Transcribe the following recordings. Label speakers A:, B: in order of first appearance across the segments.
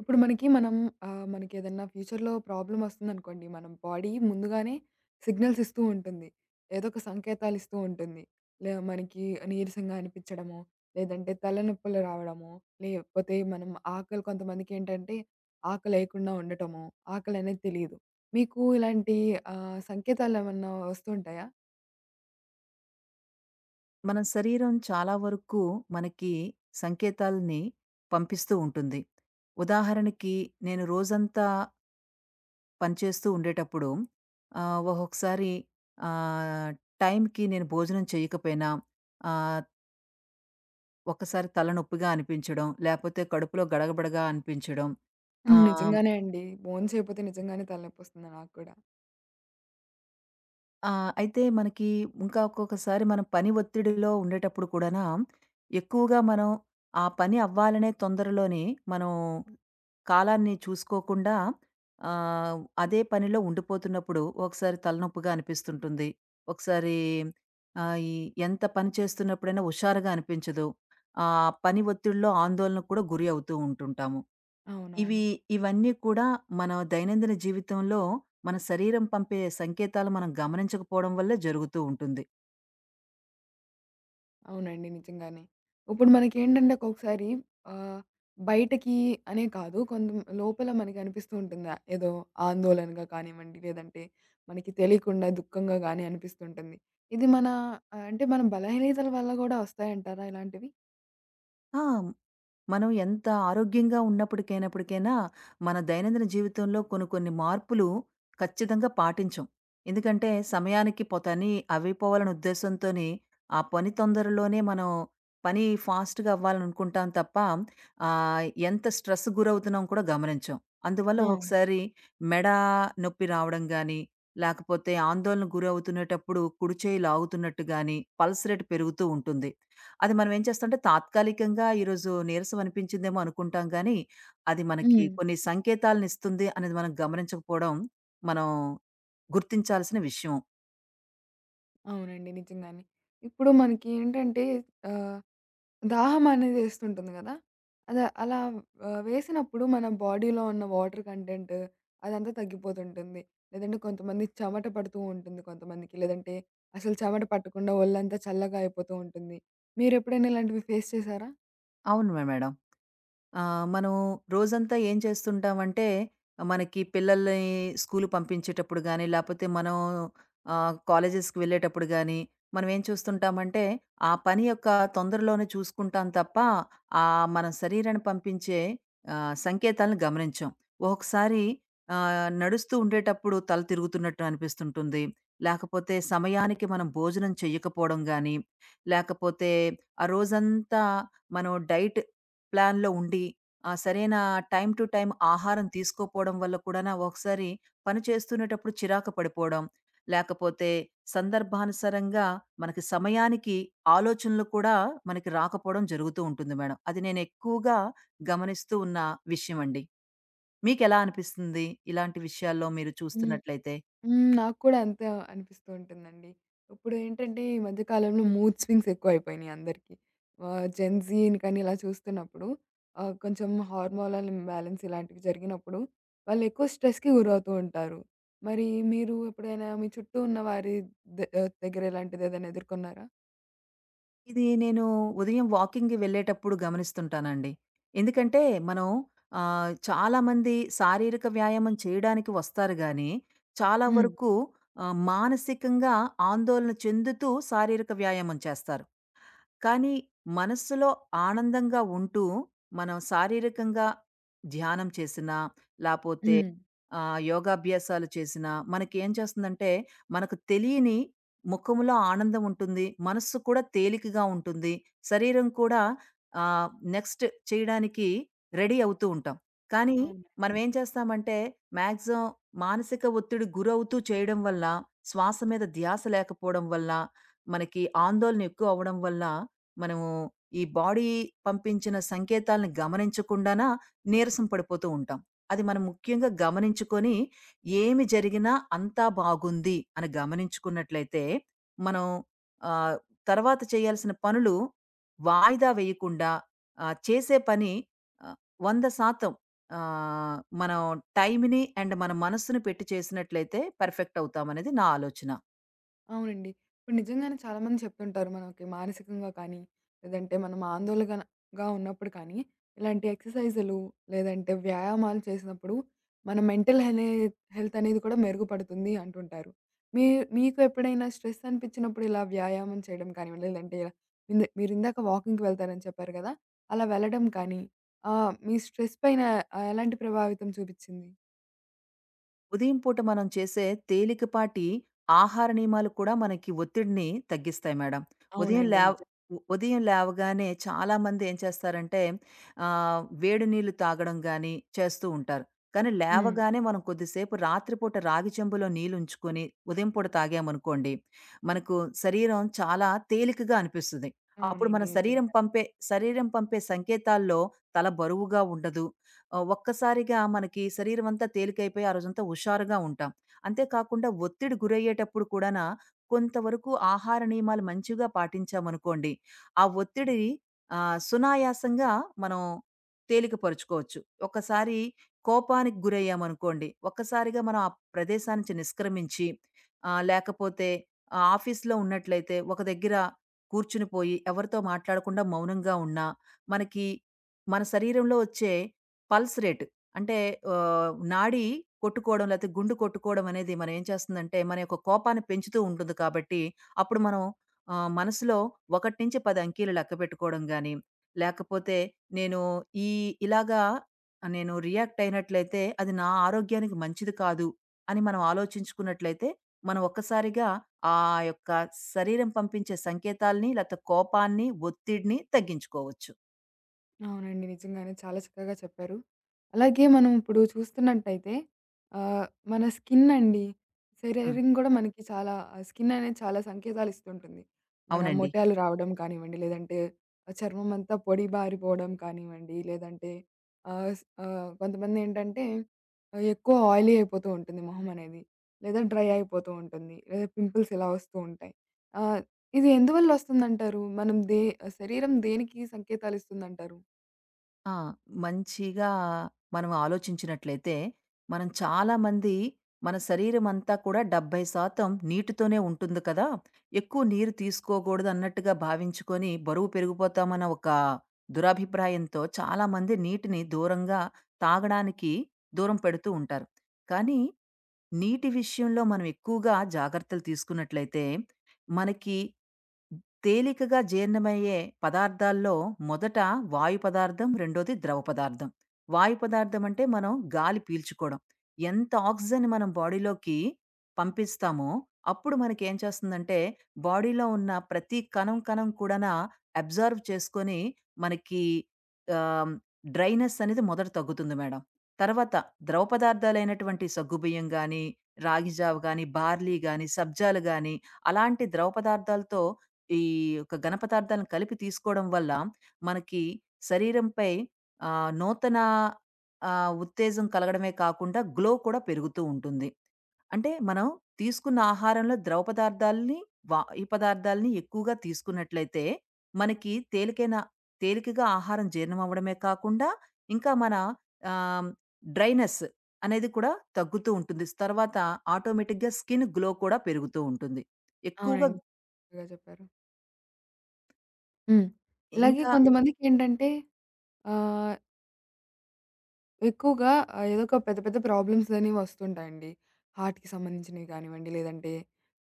A: ఇప్పుడు మనం మనకేదన్నా ఫ్యూచర్‌లో ప్రాబ్లమ్ ఒస్తుందనుకోండి, మనం బాడీ ముందుగానే సిగ్నల్స్ ఇస్తూ ఉంటుంది. ఏదో ఒక సంకేతాలిస్తూ ఉంటుంది. మనకి నీరసంగా అనిపిచ్చడమో, లేదంటే తలనొప్పులు రావడమో, లేకపోతే మనం ఆకలి కొంతమందికేంటంటే ఆకలేయకుండా ఉండటమో, ఆకలనేది తెలీదు. మీకు ఇలాంటి సంకేతాలేమన్నా ఒస్తుంటాయా?
B: మన శరీరం చాలా వరకు మనకి సంకేతాల్ని పంపిస్తూ ఉంటుంది. ఉదాహరణకి నేను రోజంతా పనిచేస్తూ ఉండేటప్పుడు ఒక్కొక్కసారి ఆహ్, టైంకి నేను భోజనం చేయకపోయినా ఆహ్, ఒక్కసారి తలనొప్పిగా అనిపించడం, లేపోతే కడుపులో గడగబడగా అనిపించడం,
A: హ్మ్.
B: ఆహ్,
A: నిజంగానే అండి. భోం చేయపోతే నిజంగానే తలనొప్పొస్తుందా నాకు కూడా?
B: ఆ! అయితే మనకి ఇంకా ఒక్కొక్కసారి మనం పని ఒత్తిడిలో ఉండేటప్పుడు కూడానా, ఎక్కువగా మనం ఆ పని అవ్వాలనే తొందరలోని మనం కాలాన్ని చూసుకోకుండా అదే పనిలో ఉండిపోతున్నప్పుడు ఒకసారి తలనొప్పిగా అనిపిస్తుంటుంది. ఒకసారి ఈ ఎంత పని చేస్తున్నప్పుడైనా హుషారుగా అనిపించదు. ఆ పని ఒత్తిడిలో ఆందోళనకు కూడా గురి అవుతూ ఉంటుంటాము. ఇవి
A: అవునవును.
B: ఇవన్నీ కూడా మన దైనందిన జీవితంలో మన శరీరం పంపే సంకేతాలు మనం గమనించకపోవడం వల్లే జరుగుతూ ఉంటుంది.
A: అవునండి. నిజంగానే. ఇప్పుడు మనకేంటంటే ఒక్కొక్కసారి ఆహ్, బయటకి అనే కాదు కొంత లోపల మనకి అనిపిస్తూ ఉంటుంది. ఏదో ఆందోళనగా కానివ్వండి, లేదంటే మనకి తెలియకుండా దుఃఖంగా గాని అనిపిస్తుంటుంది. ఇది మన అంటే మన బలహీనతల వల్ల గూడా వస్తాయంటారా ఇలాంటివి?
B: ఆ! మనం ఎంత ఆరోగ్యంగా ఉన్నప్పటికైనప్పటికైనా, మన దైనందిన జీవితంలో కొన్ని కొన్ని మార్పులు ఖచ్చితంగా పాటించం. ఎందుకంటే సమయానికి పని అవ్విపోవాలనే ఉద్దేశంతోని, ఆ పని తొందరలోనే మనం పని ఫాస్ట్‌గా అవ్వాలనుకుంటాం తప్ప, ఎంత స్ట్రెస్ గురవుతున్నాం కూడా గమనించం. అందువల్ల
A: అవును.
B: ఒకసారి మెడ నొప్పి రావడం గానీ, లేకపోతే ఆందోళనకు గురవుతునేటప్పుడు కుడి చేయి లాగుతున్నట్టు గానీ, పల్స్ రేట్ పెరుగుతూ ఉంటుంది. అది మనం ఏం చేస్తామంటే తాత్కాలికంగా ఈరోజు నీరసం అనిపించిందేమో అనుకుంటాం గానీ, అది మనకి
A: హ్మ్.
B: కొన్ని సంకేతాలనిస్తుంది అనేది మనం గమనించకపోవడం, మనం గుర్తించాల్సిన విషయం.
A: అవునండి. నిజంగానే. ఇప్పుడు మనకి ఏంటంటే ఆహ్, దాహం అనేది ఏస్తుంటుంది గదా! అద అలా వేసినప్పుడు మన బాడీలో ఉన్న వాటర్ కంటెంట్ అదంతా తగ్గిపోతుంటుంది. లేదంటే కొంతమంది చెమట పడుతూ ఉంటుంది కొంతమందికి. లేదంటే అసలు చెమట పట్టకుండా ఒళ్ళంతా చల్లగా అయిపోతూ ఉంటుంది. మీరెప్పుడైనా ఇలాంటివి ఫేస్ చేశారా?
B: అవును మేడం. ఆ! మనం రోజంతా ఏం చేస్తుంటామంటే, మనకి పిల్లల్ని స్కూలుకి పంపించేటప్పుడు గానీ, లేపోతే మనం కాలేజెస్‌కి వెళ్ళేటప్పుడు గానీ, మనం ఏం చూస్తుంటామంటే, ఆ పని యొక్క తొందరలోనే చూసుకుంటాం తప్ప, మన శరీరాన్ని పంపించే సంకేతాలను గమనించం. ఒక్కొక్కసారి నడుస్తూ ఉండేటప్పుడు తల తిరుగుతున్నట్టు అనిపిస్తుంటుంది. లేకపోతే సమయానికి మనం భోజనం చెయ్యకపోవడం గానీ, లేకపోతే ఆ రోజంతా మనం డైట్ ప్లాన్‌లో ఉండి, ఆ సరైన టైమ్ టు టైమ్ ఆహారం తీసుకోపోవడం వల్ల కూడానా ఒకసారి పని చేస్తునేటప్పుడు చిరాకు పడిపోవడం, లేకపోతే సందర్భానుసారంగా మనకి సమయానికి ఆలోచనలు కూడా మనకి రాకపోవడం జరుగుతూ ఉంటుంది మేడం. అది నేను ఎక్కువగా గమనిస్తూ ఉన్న విషయమండి. మీకెలా అనిపిస్తుంది? ఇలాంటి విషయాల్లో మీరు చూస్తున్నట్లయితే?
A: హ్మ్. నాకు కూడా అంతే అనిపిస్తూ ఉంటుందండి. ఇప్పుడు ఏంటంటే ఈ మధ్య కాలంలో మూడ్ స్వింగ్స్ ఎక్కువైపోయినాయి అందరికి. జెన్‌జీని కానీ ఇలా చూస్తున్నప్పుడు కొంచెం హార్మోనల్ ఇంబాలెన్స్ ఇలాంటివి జరిగినప్పుడు వాళ్ళు ఎక్కువ స్ట్రెస్‌కి గురవుతూ ఉంటారు. మరి మీరు ఎప్పుడైనా మీ చుట్టూ ఉన్న వారి ద దగ్గర ఇలాంటిదేదైనా ఎదుర్కొన్నారా?
B: ఇది నేను ఉదయం వాకింగ్‌కి వెళ్ళేటప్పుడు గమనిస్తుంటానండి. ఎందుకంటే, మనం చాలామంది శారీరక వ్యాయామం చేయడానికి వస్తారు గానీ, చాలా
A: హ్మ్.
B: వరకు మానసికంగా ఆందోళన చెందుతూ శారీరక వ్యాయామం చేస్తారు. కానీ మనస్సులో ఆనందంగా ఉంటూ, మనం శారీరకంగా ధ్యానం చేసినా, లాపోతే
A: హ్మ్.
B: యోగాభ్యాసాలు చేసినా, మనకేం చేస్తుందంటే, మనకు తెలియని ముఖములో ఆనందం ఉంటుంది. మనస్సు కూడా తేలికగా ఉంటుంది. శరీరం కూడా ఆహ్, నెక్స్ట్ చేయడానికి రెడీ అవుతూ ఉంటాం. కానీ
A: అవును.
B: మనమేం చేస్తామంటే, మాక్సిమం మానసిక ఒత్తిడి గురవుతూ చేయడం వల్ల, శ్వాస మీద ధ్యాస లేకపోవడం వల్ల, మనకి ఆందోళన ఎక్కువ అవ్వడం వల్ల మనము ఈ బాడీ పంపించిన సంకేతాలను గమనించకుండానా నీరసం పడిపోతూ ఉంటాం. అది మనం ముఖ్యంగా గమనించుకొని, ఏమి జరిగినా అంతా బాగుంది అని గమనించుకున్నట్లయితే, మనం ఆహ్, తర్వాత చేయాల్సిన పనులు వాయిదా వేయకుండా చేసే పని ఆహ్, 100% మనం టైమ్‌ని అండ్ మన మనస్సుని పెట్టి చేసినట్లయితే పర్ఫెక్ట్ అవుతామనేది నా ఆలోచన.
A: అవునండి. ఇప్పుడు నిజంగానే చాలామంది చెప్తుంటారు మనకి మానసికంగా కానీ, లేదంటే మనం ఆందోళనగా ఉన్నప్పుడు కానీ, ఇలాంటి ఎక్సర్‌సైజులు లేదంటే వ్యాయామాలు చేసినప్పుడు మన మెంటల్ హెలే హెల్త్ అనేది కూడా మెరుగుపడుతుంది అంటుంటారు. మీ మీకు ఎప్పుడైనా స్ట్రెస్ అనిపించినప్పుడు ఇలా వ్యాయామం చేయడం కానివ్వండి, లేదంటే ఇలా ఇంద మీరిందాక వాకింగ్‌కి వెళ్తారని చెప్పారు కదా! అలా వెళ్ళడం కానీ మీ స్ట్రెస్ పైన ఎలాంటి ప్రభావితం చూపిచ్చింది?
B: ఉదయం పూట మనం చేసే తేలికపాటి ఆహార నియమాలు కూడా మనకి ఒత్తిడిని తగ్గిస్తాయి మేడం. ఉదయం
A: అవునండి.
B: లేవ్
A: నిజం.
B: ఉ ఉదయం లేవగానే చాలామంది ఏం చేస్తారంటే వేడి నీళ్లు తాగడం గాని చేస్తూ ఉంటారు. కానీ
A: హ్మ్.
B: లేవగానే మనం కొద్దిసేపు రాత్రిపూట రాగి చెంబులో నీళ్లుంచుకొని ఉదయం పూట తాగామనుకోండి, మనకు శరీరం చాలా తేలికగా అనిపిస్తది. అప్పుడు మన
A: అవునండి. నిజమే.
B: శరీరం పంపే సంకేతాల్లో తల బరువుగా ఉండదు. ఒక్కసారిగా మనకి శరీరం అంతా తేలికైపోయి ఆ రోజంతా హుషారుగా ఉంటాం. అంతేకాకుండా ఒత్తిడి గురయ్యేటప్పుడు కూడాన కొంతవరకు ఆహార నియమాలు మంచిగా పాటించామనుకోండి, ఆ ఒత్తిడి సునాయాసంగా మనం తేలికపరుచుకోవచ్చు. ఒక్కసారి కోపానికి గురయ్యామనుకోండి, ఒక్కసారిగా మనం ఆ ప్రదేశం నుంచి నిష్క్రమించి లేకపోతే ఆఫీస్‌లో ఉన్నట్లయితే ఒక దగ్గర కూర్చునిపోయి ఎవరితో మాట్లాడకుండా మౌనంగా ఉన్నా, మనకి మన శరీరంలో వచ్చే పల్స్ రేట్. అంటే నాడి కొట్టుకోవడం లేతే గుండు కొట్టుకోవడం అనేది మనం ఏం చేస్తుందంటే, మన యొక్క కోపాన్ని పెంచుతూ ఉంటుంది కాబట్టి, అప్పుడు మనం మనసులో 1-10 అంకెలు లెక్కపెట్టుకోవడం గాని, లేకపోతే నేను ఈ ఇలాగా నేను రియాక్ట్ అయినట్లయితే అది నా ఆరోగ్యానికి మంచిది కాదు అని మనం ఆలోచించుకున్నట్లయితే, మనం ఒక్కసారిగా ఆ యొక్క శరీరం పంపించే సంకేతాల్ని లేతే కోపాన్ని, ఒత్తిడిని తగ్గించుకోవచ్చు.
A: అవునండి. నిజంగానే చాలా చక్కగా చెప్పారు. అలాగే మనం ఇప్పుడు చూస్తున్నట్టయితే ఆహ్, మన స్కిన్ అండి.
B: హ్మ్.
A: శరీరం కూడా మనకి చాలా స్కిన్ అనేది చాలా సంకేతాలు ఇస్తుంటుంది. మన
B: అవునండి.
A: మొటియాలు రావడం కానివ్వండి, లేదంటే ఆ చర్మం అంతా పొడి బారిపోవడం కానివ్వండి, లేదంటే కొంతమందేంటంటే ఎక్కువ ఆయిలీ అయిపోతూ ఉంటుంది మొహం అనేది. లేదా డ్రై అయిపోతూ ఉంటుంది. లేదా పింపుల్స్ ఇలా వస్తూ ఉంటాయి. ఆహ్, ఇది ఎందువల్ల వస్తుందంటారు? మనం దే శరీరం దేనికి సంకేతాలిస్తుందంటారు?
B: ఆ! మంచిగా మనం ఆలోచించినట్లయితే, మనం చాలామంది మన శరీరమంతా కూడా 70% నీటితోనే ఉంటుంది కదా! ఎక్కువ నీరు తీసుకోకూడదు అన్నట్టుగా భావించుకొని బరువు పెరిగిపోతామన్న ఒక దురభిప్రాయంతో చాలామంది నీటిని దూరంగా తాగడానికి దూరం పెడుతూ ఉంటారు. కానీ నీటి విషయంలో మనం ఎక్కువగా జాగ్రత్తలు తీసుకున్నట్లయితే, మనకి తేలికగా జీర్ణమయ్యే పదార్థాల్లో మొదట వాయు పదార్థం, రెండోది ద్రవ పదార్థం. వాయు పదార్థం అంటే మనం గాలి పీల్చుకోవడం. ఎంత ఆక్సిజన్ మనం బాడీలోకి పంపిస్తామో, అప్పుడు మనకేం చేస్తుందంటే బాడీలో ఉన్న ప్రతి కణం, కణం కూడాన అబ్జర్వ్ చేసుకొని మనకి ఆహ్, డ్రైనెస్ అనేది మొదట తగ్గుతుంది మేడం. తర్వాత ద్రవ పదార్థాలైనటువంటి సగ్గుబియ్యం గాని, రాగిజావ గాని, బార్లీ గాని, సబ్జాలు గాని అలాంటి ద్రవ పదార్థాలతో ఈ యొక్క ఘన పదార్థాలను కలిపి తీసుకోవడం వల్ల మనకి శరీరంపై నూతన ఉత్తేజం కలగడమే కాకుండా గ్లో కూడా పెరుగుతూ ఉంటుంది. అంటే మనం తీసుకున్న ఆహారంలో ద్రవ పదార్థాలని, వాయు పదార్థాలని ఎక్కువగా తీసుకున్నట్లయితే, మనకి తేలికగా ఆహారం జీర్ణం అవ్వడమే కాకుండా, ఇంకా మన ఆహ్, డ్రైనెస్ అనేది కూడా తగ్గుతూ ఉంటుంది. తర్వాత ఆటోమేటిక్‌గా స్కిన్ గ్లో కూడా పెరుగుతూ ఉంటుంది. ఎక్కువగా
A: అవునండి. బాగా చెప్పారు. హ్మ్. ఇలాగే
B: ఇంకా
A: కొంతమందికేంటంటే ఆహ్, ఎక్కువగా ఏదో ఒక పెద్ద పెద్ద ప్రాబ్లమ్స్ అనేవి వస్తుంటాయండి. హార్ట్‌కి సంబంధించినవి కానివ్వండి, లేదంటే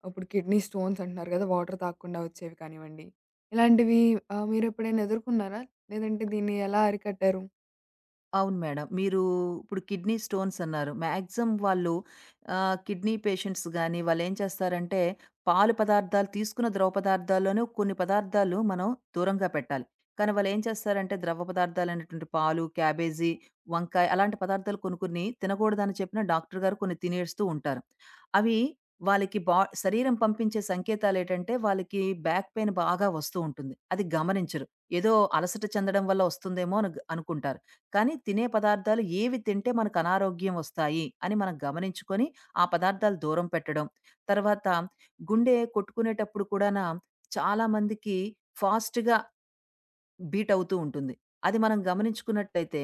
A: ఇప్పుడు కిడ్నీ స్టోన్స్ అంటున్నారు కదా! వాటర్ తాగకుండా వచ్చేవి కానివ్వండి. ఇలాంటివి మీరెప్పుడైనా ఎదుర్కొన్నారా? లేదంటే దీన్ని ఎలా అరికట్టారు?
B: అవును మేడం. మీరు ఇప్పుడు కిడ్నీ స్టోన్స్ అన్నారు. మాక్సిమం వాళ్ళు కిడ్నీ పేషెంట్స్ గాని వాళ్ళేం చేస్తారంటే, పాలు పదార్థాలు తీసుకున్న ద్రవ పదార్థాల్లోనూ కొన్ని పదార్థాలు మనం దూరంగా పెట్టాలి. కానీ వాళ్ళేం చేస్తారంటే, ద్రవ పదార్థాలైనటువంటి పాలు, క్యాబేజీ, వంకాయ అలాంటి పదార్థాలు కొన్ని కొన్ని తినకూడదని చెప్పిన డాక్టర్ గారు కొన్ని తినేస్తూ ఉంటారు. అవి వాళ్ళకి బా శరీరం పంపించే సంకేతాలేటంటే, వాళ్ళకి బ్యాక్ పెయిన్ బాగా వస్తూ ఉంటుంది. అది గమనించరు. ఏదో అలసట చెందడం వల్ల వస్తుందేమో అని అనుకుంటారు. కానీ తినే పదార్థాలు ఏవి తింటే మనకు అనారోగ్యం వస్తాయి అని మనం గమనించుకొని ఆ పదార్థాలు దూరం పెట్టడం తర్వాత గుండె కొట్టుకునేటప్పుడు కూడా చాలా మందికి ఫాస్ట్గా బీట్ అవుతూ ఉంటుంది. అది మనం గమనించుకున్నట్టయితే,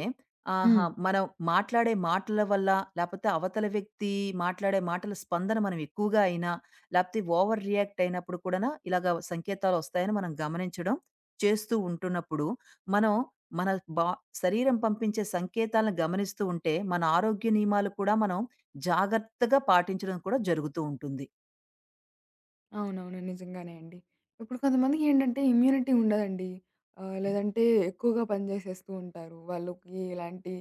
B: ఆహా!
A: హ్మ్.
B: మనం మాట్లాడే మాటల వల్ల, లేపోతే అవతల వ్యక్తి మాట్లాడే మాటల స్పందన మనం ఎక్కువగా అయినా, లేపోతే ఓవర్ రియాక్ట్ అయినప్పుడు కూడానా ఇలాగ సంకేతాలొస్తాయని మనం గమనించడం, చేస్తూ ఉంటున్నప్పుడు, మనం మన బా శరీరం పంపించే సంకేతాలను గమనిస్తూ ఉంటే, మన ఆరోగ్య నియమాలు కూడా మనం జాగ్రత్తగా పాటించడం కూడా జరుగుతూ ఉంటుంది.
A: అవునవును. నిజంగానే అండి. ఇప్పుడు కొంతమందికేంటంటే ఇమ్యూనిటీ ఉండదండి. లేదంటే ఎక్కువగా పని జేసేస్తూ ఉంటారు. వాళ్ళకి ఇలాంటి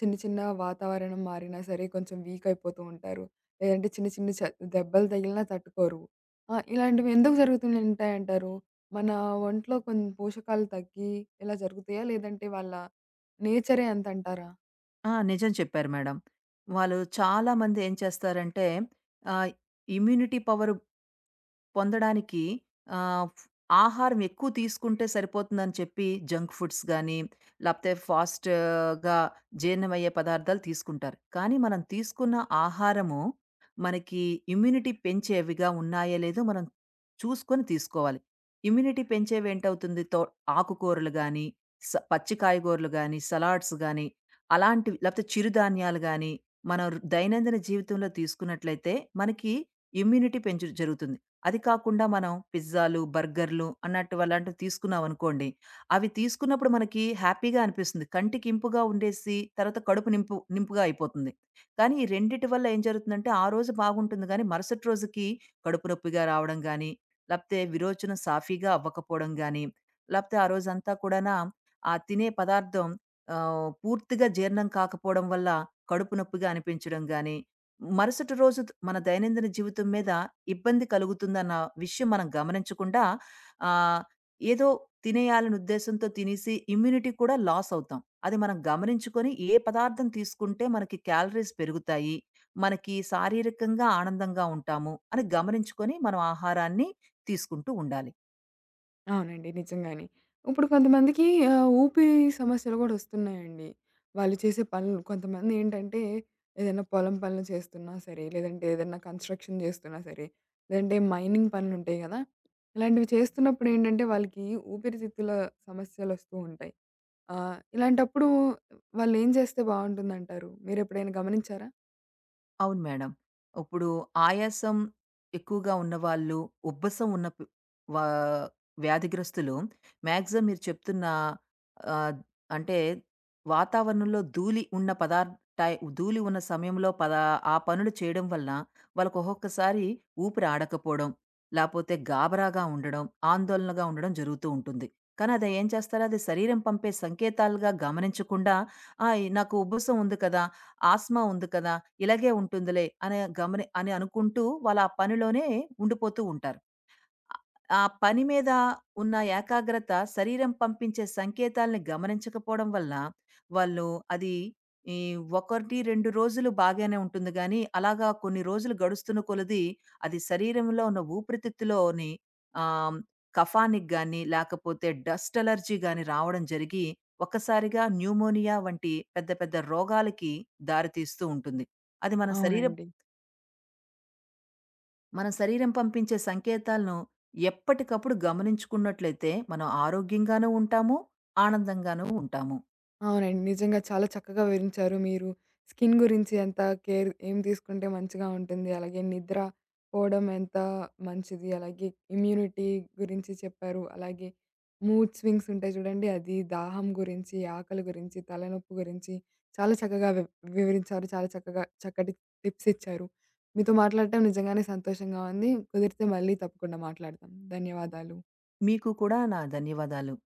A: చిన్న చిన్న వాతావరణం మారినా సరే కొంచెం వీక్ అయిపోతూ ఉంటారు. లేదంటే చిన్న చిన్న దెబ్బలు తగిలినా తట్టుకోరు. ఆ! ఇలాంటివి ఎందుకు జరుగుతుంటాయంటారు? మన ఒంట్లో కొన్ని పోషకాలు తగ్గి ఇలా జరుగుతాయా? లేదంటే వాళ్ళ నేచరే అంతంటారా?
B: ఆ! నిజం చెప్పారు మేడం. వాళ్ళు చాలామంది ఏం చేస్తారంటే ఆహ్, ఇమ్యూనిటీ పవర్ పొందడానికి ఆహ్, ఫ్ ఆహారం ఎక్కువ తీసుకుంటే సరిపోతుందని చెప్పి జంక్ ఫుడ్స్ గానీ, లేపోతే ఫాస్ట్‌గా జీర్ణమయ్యే పదార్థాలు తీసుకుంటారు. కానీ మనం తీసుకున్న ఆహారము మనకి ఇమ్యూనిటీ పెంచేవిగా ఉన్నాయో లేదో మనం చూసుకొని తీసుకోవాలి. ఇమ్యూనిటీ పెంచేవేంటవుతుంది తో ఆకుకూరలు గానీ, పచ్చి కాయగూరలు గానీ, సలాడ్స్ గానీ, అలాంటివి లేపోతే చిరుధాన్యాలు గానీ, మనం దైనందిన జీవితంలో తీసుకున్నట్లయితే మనకి ఇమ్యూనిటీ పెంచు జరుగుతుంది. అది కాకుండా మనం పిజ్జాలు, బర్గర్‌లు అన్నట్టు అలాంటివి తీసుకున్నామనుకోండి, అవి తీసుకున్నప్పుడు మనకి హ్యాపీగా అనిపిస్తుంది. కంటికి ఇంపుగా ఉండేసి తర్వాత కడుపు నింపుగా అయిపోతుంది. కానీ ఈ రెండిటి వల్ల ఏం జరుగుతుందంటే, ఆ రోజు బాగుంటుంది గానీ, మరుసటి రోజుకి కడుపు నొప్పిగా రావడం గానీ, లేపోతే విరోచనం సాఫీగా అవ్వకపోవడం గానీ, లేపోతే ఆ రోజంతా కూడానా ఆ తినే పదార్థం పూర్తిగా జీర్ణం కాకపోవడం వల్ల కడుపు నొప్పిగా అనిపించడం గానీ, మరుసటి రోజు మన దైనందిన జీవితం మీద ఇబ్బంది కలుగుతుందన్న విషయం మనం గమనించకుండా ఆహ్, ఏదో తినేయాలనే ఉద్దేశంతో తినేసి ఇమ్యూనిటీ కూడా లాస్ అవుతాం. అది మనం గమనించుకొని ఏ పదార్థం తీసుకుంటే మనకి క్యాలరీస్ పెరుగుతాయి, మనకి శారీరకంగా ఆనందంగా ఉంటాము అని గమనించుకొని మనం ఆహారాన్ని తీసుకుంటూ ఉండాలి.
A: అవునండి. నిజంగానే. ఇప్పుడు కొంతమందికి ఊపిరి సమస్యలు గూడా ఒస్తున్నాయండి. వాళ్ళు చేసే పనులు కొంతమందేంటంటే, ఏదైనా పొలం పనులు చేస్తున్నా సరే, లేదంటే ఏదన్నా కన్‌స్ట్రక్షన్ జేస్తున్నా సరే, లేదంటే మైనింగ్ పనులుంటాయి గదా! ఇలాంటివి చేస్తున్నప్పుడేంటంటే, వాళ్ళకి ఊపిరితిత్తుల సమస్యలొస్తూ ఉంటాయి. ఇలాంటప్పుడు వాళ్ళేం జేస్తే బావుంటుందంటారు? మీరెప్పుడైనా గమనించారా?
B: అవును మేడం. ఇప్పుడు ఆయాసం ఎక్కువగా ఉన్నవాళ్ళు, ఉబ్బసం ఉన్న ప్ వా వ్యాధిగ్రస్తులు మాక్సిమం మీరు చెప్తున్న ఆహ్, అంటే వాతావరణంలో ధూళి ఉన్న పదార్ టై ధూళి ఉన్న సమయంలో ఆ పనులు చేయడం వల్ల వాళ్ళకి ఒక్కొక్కసారి ఊపిరి ఆడకపోవడం, లేపోతే గాబరాగా ఉండడం, ఆందోళనగా ఉండడం జరుగుతూ ఉంటుంది. కానీ అది ఏం చేస్తారు అది శరీరం పంపే సంకేతాలుగా గమనించకుండా, "ఆ! నాకు ఉబ్బసం ఉంది కదా!" ఆస్మా ఉంది కదా! ఇలాగే ఉంటుందిలే అనే అని అనుకుంటూ వాళ్ళ ఆ పనిలోనే ఉండిపోతూ ఉంటారు. ఆ పని మీద ఉన్న ఏకాగ్రత శరీరం పంపించే సంకేతాల్ని గమనించకపోవడం వల్ల వాళ్ళు అది ఈ ఒకటి రెండు రోజులు బాగానే ఉంటుంది కానీ అలాగా కొన్ని రోజులు గడుస్తున్న కొలది అది శరీరంలో ఉన్న ఊపిరితిత్తులోని ఆ కఫానిక్ గాని లేకపోతే డస్ట్ అలర్జీ గాని రావడం జరిగి ఒక్కసారిగా న్యూమోనియా వంటి పెద్ద పెద్ద రోగాలకి దారితీస్తూ ఉంటుంది. అది మన శరీర
A: అవునండి.
B: మన శరీరం పంపించే సంకేతాలను ఎప్పటికప్పుడు గమనించుకున్నట్లయితే మనం ఆరోగ్యంగానూ ఉంటాము, ఆనందంగానూ ఉంటాము.
A: అవునండి. నిజంగా చాలా చక్కగా వివరించారు మీరు. స్కిన్ గురించి ఎంత కేర్ ఏం తీసుకుంటే మంచిగా ఉంటుంది, అలాగే నిద్ర పోవడం ఎంత మంచిది, అలాగే ఇమ్యూనిటీ గురించి చెప్పారు, అలాగే మూడ్ స్వింగ్స్ ఉంటాయి చూడండి, అది దాహం గురించి, ఆకలి గురించి, తలనొప్పి గురించి చాలా చక్కగా వివరించారు. చాలా చక్కగా చక్కటి టిప్స్ ఇచ్చారు. మీతో మాట్లాడటం నిజంగానే సంతోషంగా ఉంది. కుదిరితే మళ్ళీ తప్పకుండా మాట్లాడదాం. ధన్యవాదాలు.
B: మీకు కూడా నా ధన్యవాదాలు.